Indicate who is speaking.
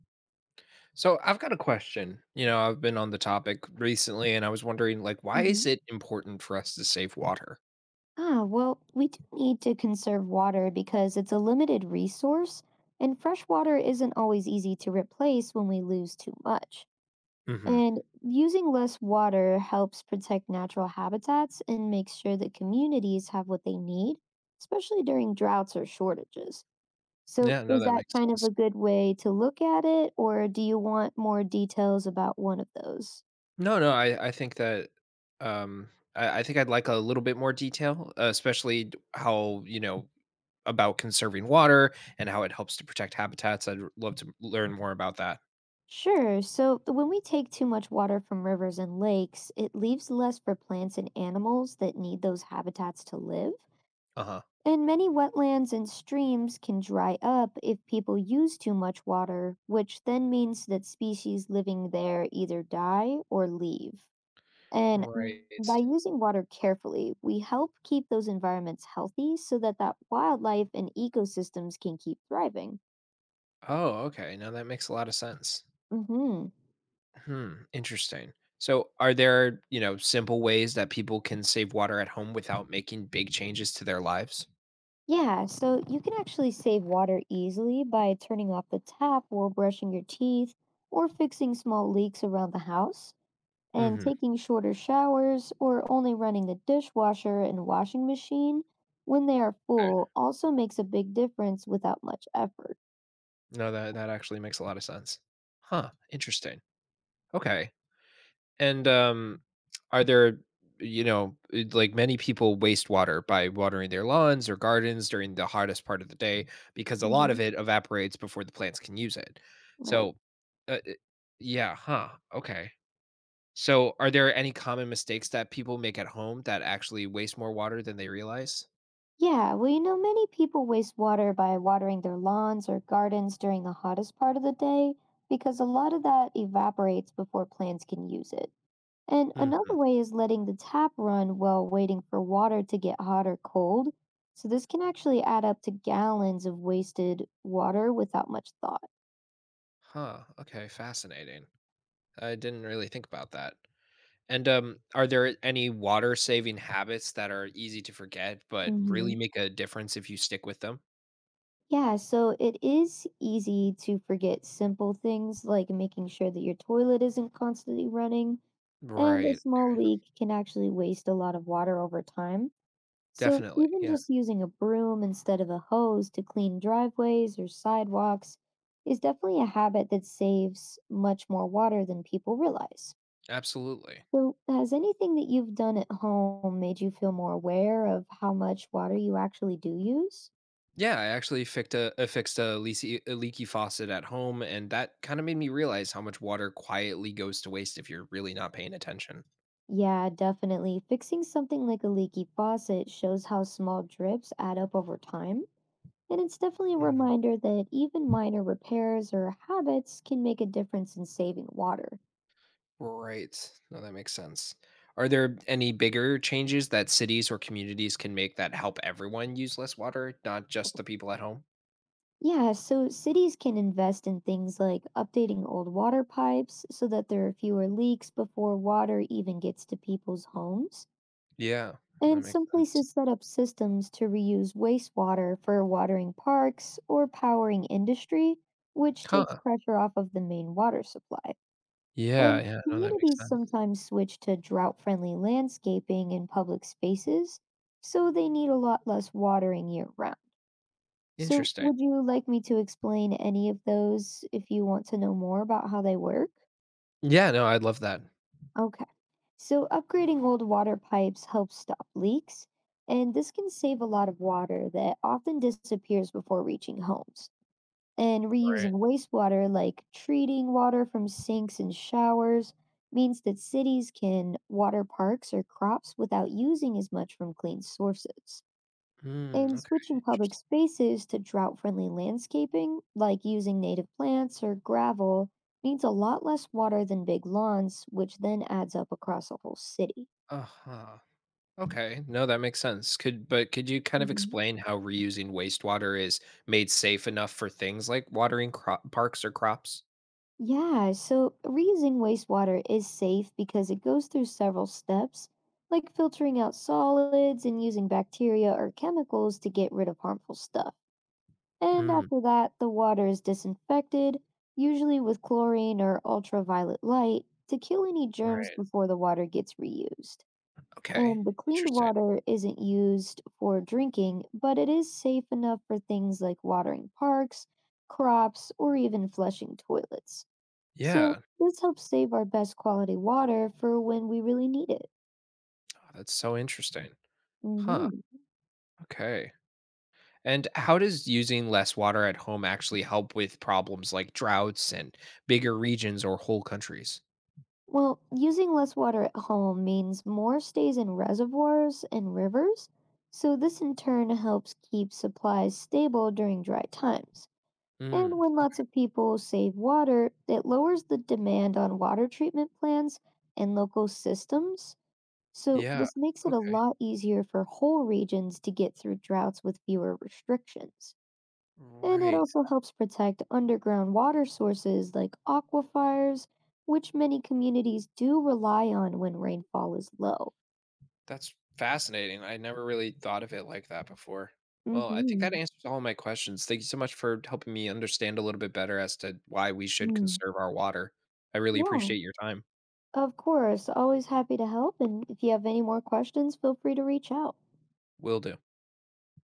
Speaker 1: So I've got a question. You know, I've been on the topic recently and I was wondering why is
Speaker 2: hmm
Speaker 1: it important for us to save water?
Speaker 2: Ah, well, we do need to conserve water because it's a limited resource, and fresh water isn't always easy to replace when we lose too much.
Speaker 1: Hmm.
Speaker 2: And using less water helps protect natural habitats and makes sure that communities have what they need, especially during droughts or shortages. So,
Speaker 1: Yeah, no,
Speaker 2: is
Speaker 1: that
Speaker 2: that
Speaker 1: makes
Speaker 2: kind of
Speaker 1: sense.
Speaker 2: a good way to look at it, or do you want more details about one of those?
Speaker 1: No, no, I think that um I think I'd like a little bit more detail, especially about conserving water and how it helps to protect habitats. Love to learn more about that.
Speaker 2: Sure. So when we take too much water from rivers and lakes, it leaves less for plants and animals that need those habitats to live.
Speaker 1: Uh-huh.
Speaker 2: And many wetlands and streams can dry up if people use too much water, which then means that species living there either die or leave. And
Speaker 1: Right.
Speaker 2: by using water carefully, we help keep those environments healthy so that that wildlife and ecosystems can keep thriving.
Speaker 1: Oh, okay. Now that makes a lot of sense.
Speaker 2: Mhm.
Speaker 1: Hmm. Interesting. So, are there, simple ways that people can save water at home without making big changes to their lives?
Speaker 2: Yeah, so you can actually save water easily by turning off the tap while brushing your teeth or fixing small leaks around the house and
Speaker 1: Hmm.
Speaker 2: taking shorter showers or only running the dishwasher and washing machine when they are
Speaker 1: Okay.
Speaker 2: full also makes a big difference without much effort.
Speaker 1: No, that actually makes a lot of sense. Huh. Interesting. Okay. And are there, many people waste water by watering their lawns or gardens during the hottest part of the day because a lot of
Speaker 2: Hmm.
Speaker 1: it evaporates before the plants can use it.
Speaker 2: Right.
Speaker 1: So, uh, it- yeah, huh. Okay. So, are there any common mistakes that people make at home that actually waste more water than they realize?
Speaker 2: Yeah, well, you know, many people waste water by watering their lawns or gardens during the hottest part of the day because a lot of that evaporates before plants can use it. And another
Speaker 1: Hmm.
Speaker 2: way is letting the tap run while waiting for water to get hot or cold. So this can actually add up to gallons of wasted water without much thought.
Speaker 1: Huh. Okay. Fascinating. I didn't really think about that. And are there any water saving habits that are easy to forget but really
Speaker 2: Hmm.
Speaker 1: make a difference if you stick with them?
Speaker 2: Yeah, so it is easy to forget simple things like making sure that your toilet isn't constantly running, and a
Speaker 1: Right.
Speaker 2: small
Speaker 1: Okay.
Speaker 2: leak can actually waste a lot of water over time. So
Speaker 1: Definitely.
Speaker 2: even
Speaker 1: Yeah.
Speaker 2: just using a broom instead of a hose to clean driveways or sidewalks is definitely a habit that saves much more water than people realize.
Speaker 1: Absolutely.
Speaker 2: So has anything that you've done at home made you feel more aware of how much water you actually do use?
Speaker 1: Yeah, I actually fixed a leaky faucet at home, and that kind of made me realize how much water quietly goes to waste if you're really not paying attention.
Speaker 2: Yeah, definitely. Fixing something like a leaky faucet shows how small drips add up over time. And it's definitely a
Speaker 1: Hmm.
Speaker 2: reminder that even minor repairs or habits can make a difference in saving water.
Speaker 1: Right. No, that makes sense. Are there any bigger changes that cities or communities can make that help everyone use less water, not just the people at home?
Speaker 2: Yeah, so cities can invest in things like updating old water pipes so that there are fewer leaks before water even gets to people's homes.
Speaker 1: Yeah, that
Speaker 2: And
Speaker 1: makes
Speaker 2: some
Speaker 1: sense.
Speaker 2: places set up systems to reuse wastewater for watering parks or powering industry, which takes
Speaker 1: Huh.
Speaker 2: pressure off of the main water supply.
Speaker 1: Yeah,
Speaker 2: And
Speaker 1: yeah, no, that makes
Speaker 2: communities
Speaker 1: sense.
Speaker 2: sometimes switch to drought friendly landscaping in public spaces, so they need a lot less watering year round. So,
Speaker 1: Interesting.
Speaker 2: would you like me to explain any of those if you want to know more about how they work?
Speaker 1: Yeah, no, I love that.
Speaker 2: Okay. So, upgrading old water pipes helps stop leaks, and this can save a lot of water that often disappears before reaching homes. And
Speaker 1: Right.
Speaker 2: reusing wastewater, like treating water from sinks and showers, means that cities can water parks or crops without using as much from clean sources.
Speaker 1: Mm,
Speaker 2: And
Speaker 1: okay,
Speaker 2: switching public
Speaker 1: interesting.
Speaker 2: spaces to drought friendly landscaping, like using native plants or gravel, needs a lot less water than big lawns, which then adds up across a whole city.
Speaker 1: Uh-huh. Okay, no, that makes sense. Could but could you kind of
Speaker 2: Hmm.
Speaker 1: explain how reusing wastewater is made safe enough for things like watering crop parks or crops?
Speaker 2: Yeah, so reusing wastewater is safe because it goes through several steps, like filtering out solids and using bacteria or chemicals to get rid of harmful stuff. And
Speaker 1: Mm,
Speaker 2: after that, the water is disinfected, usually with chlorine or ultraviolet light, to kill any germs
Speaker 1: right.
Speaker 2: before the water gets reused.
Speaker 1: Okay.
Speaker 2: And the cleaned
Speaker 1: Interesting.
Speaker 2: water isn't used for drinking, but it is safe enough for things like watering parks, crops, or even flushing toilets. So
Speaker 1: Yeah.
Speaker 2: this helps save our best quality water for when we really need it.
Speaker 1: Oh, that's so interesting. Huh.
Speaker 2: hmm
Speaker 1: Okay. And how does using less water at home actually help with problems like droughts and bigger regions or whole countries?
Speaker 2: Well, using less water at home means more stays in reservoirs and rivers, so this in turn helps keep supplies stable during dry times. And
Speaker 1: Mm,
Speaker 2: when lots of people save water, it lowers the demand on water treatment plants and local systems. So,
Speaker 1: yeah.
Speaker 2: this makes it a
Speaker 1: Okay.
Speaker 2: lot easier for whole regions to get through droughts with fewer restrictions, and it
Speaker 1: Right.
Speaker 2: also helps protect underground water sources like aquifers, which many communities do rely on when rainfall is low.
Speaker 1: That's fascinating. I never really thought of it like that before. Well, I think that
Speaker 2: Mm-hmm.
Speaker 1: answers all my questions. Thank you so much for helping me understand a little bit better as to why we should
Speaker 2: Mm.
Speaker 1: conserve our water. I really
Speaker 2: Yeah,
Speaker 1: appreciate your time.
Speaker 2: of course. Always happy to help. And if you have any more questions, feel free to reach out.
Speaker 1: Will do.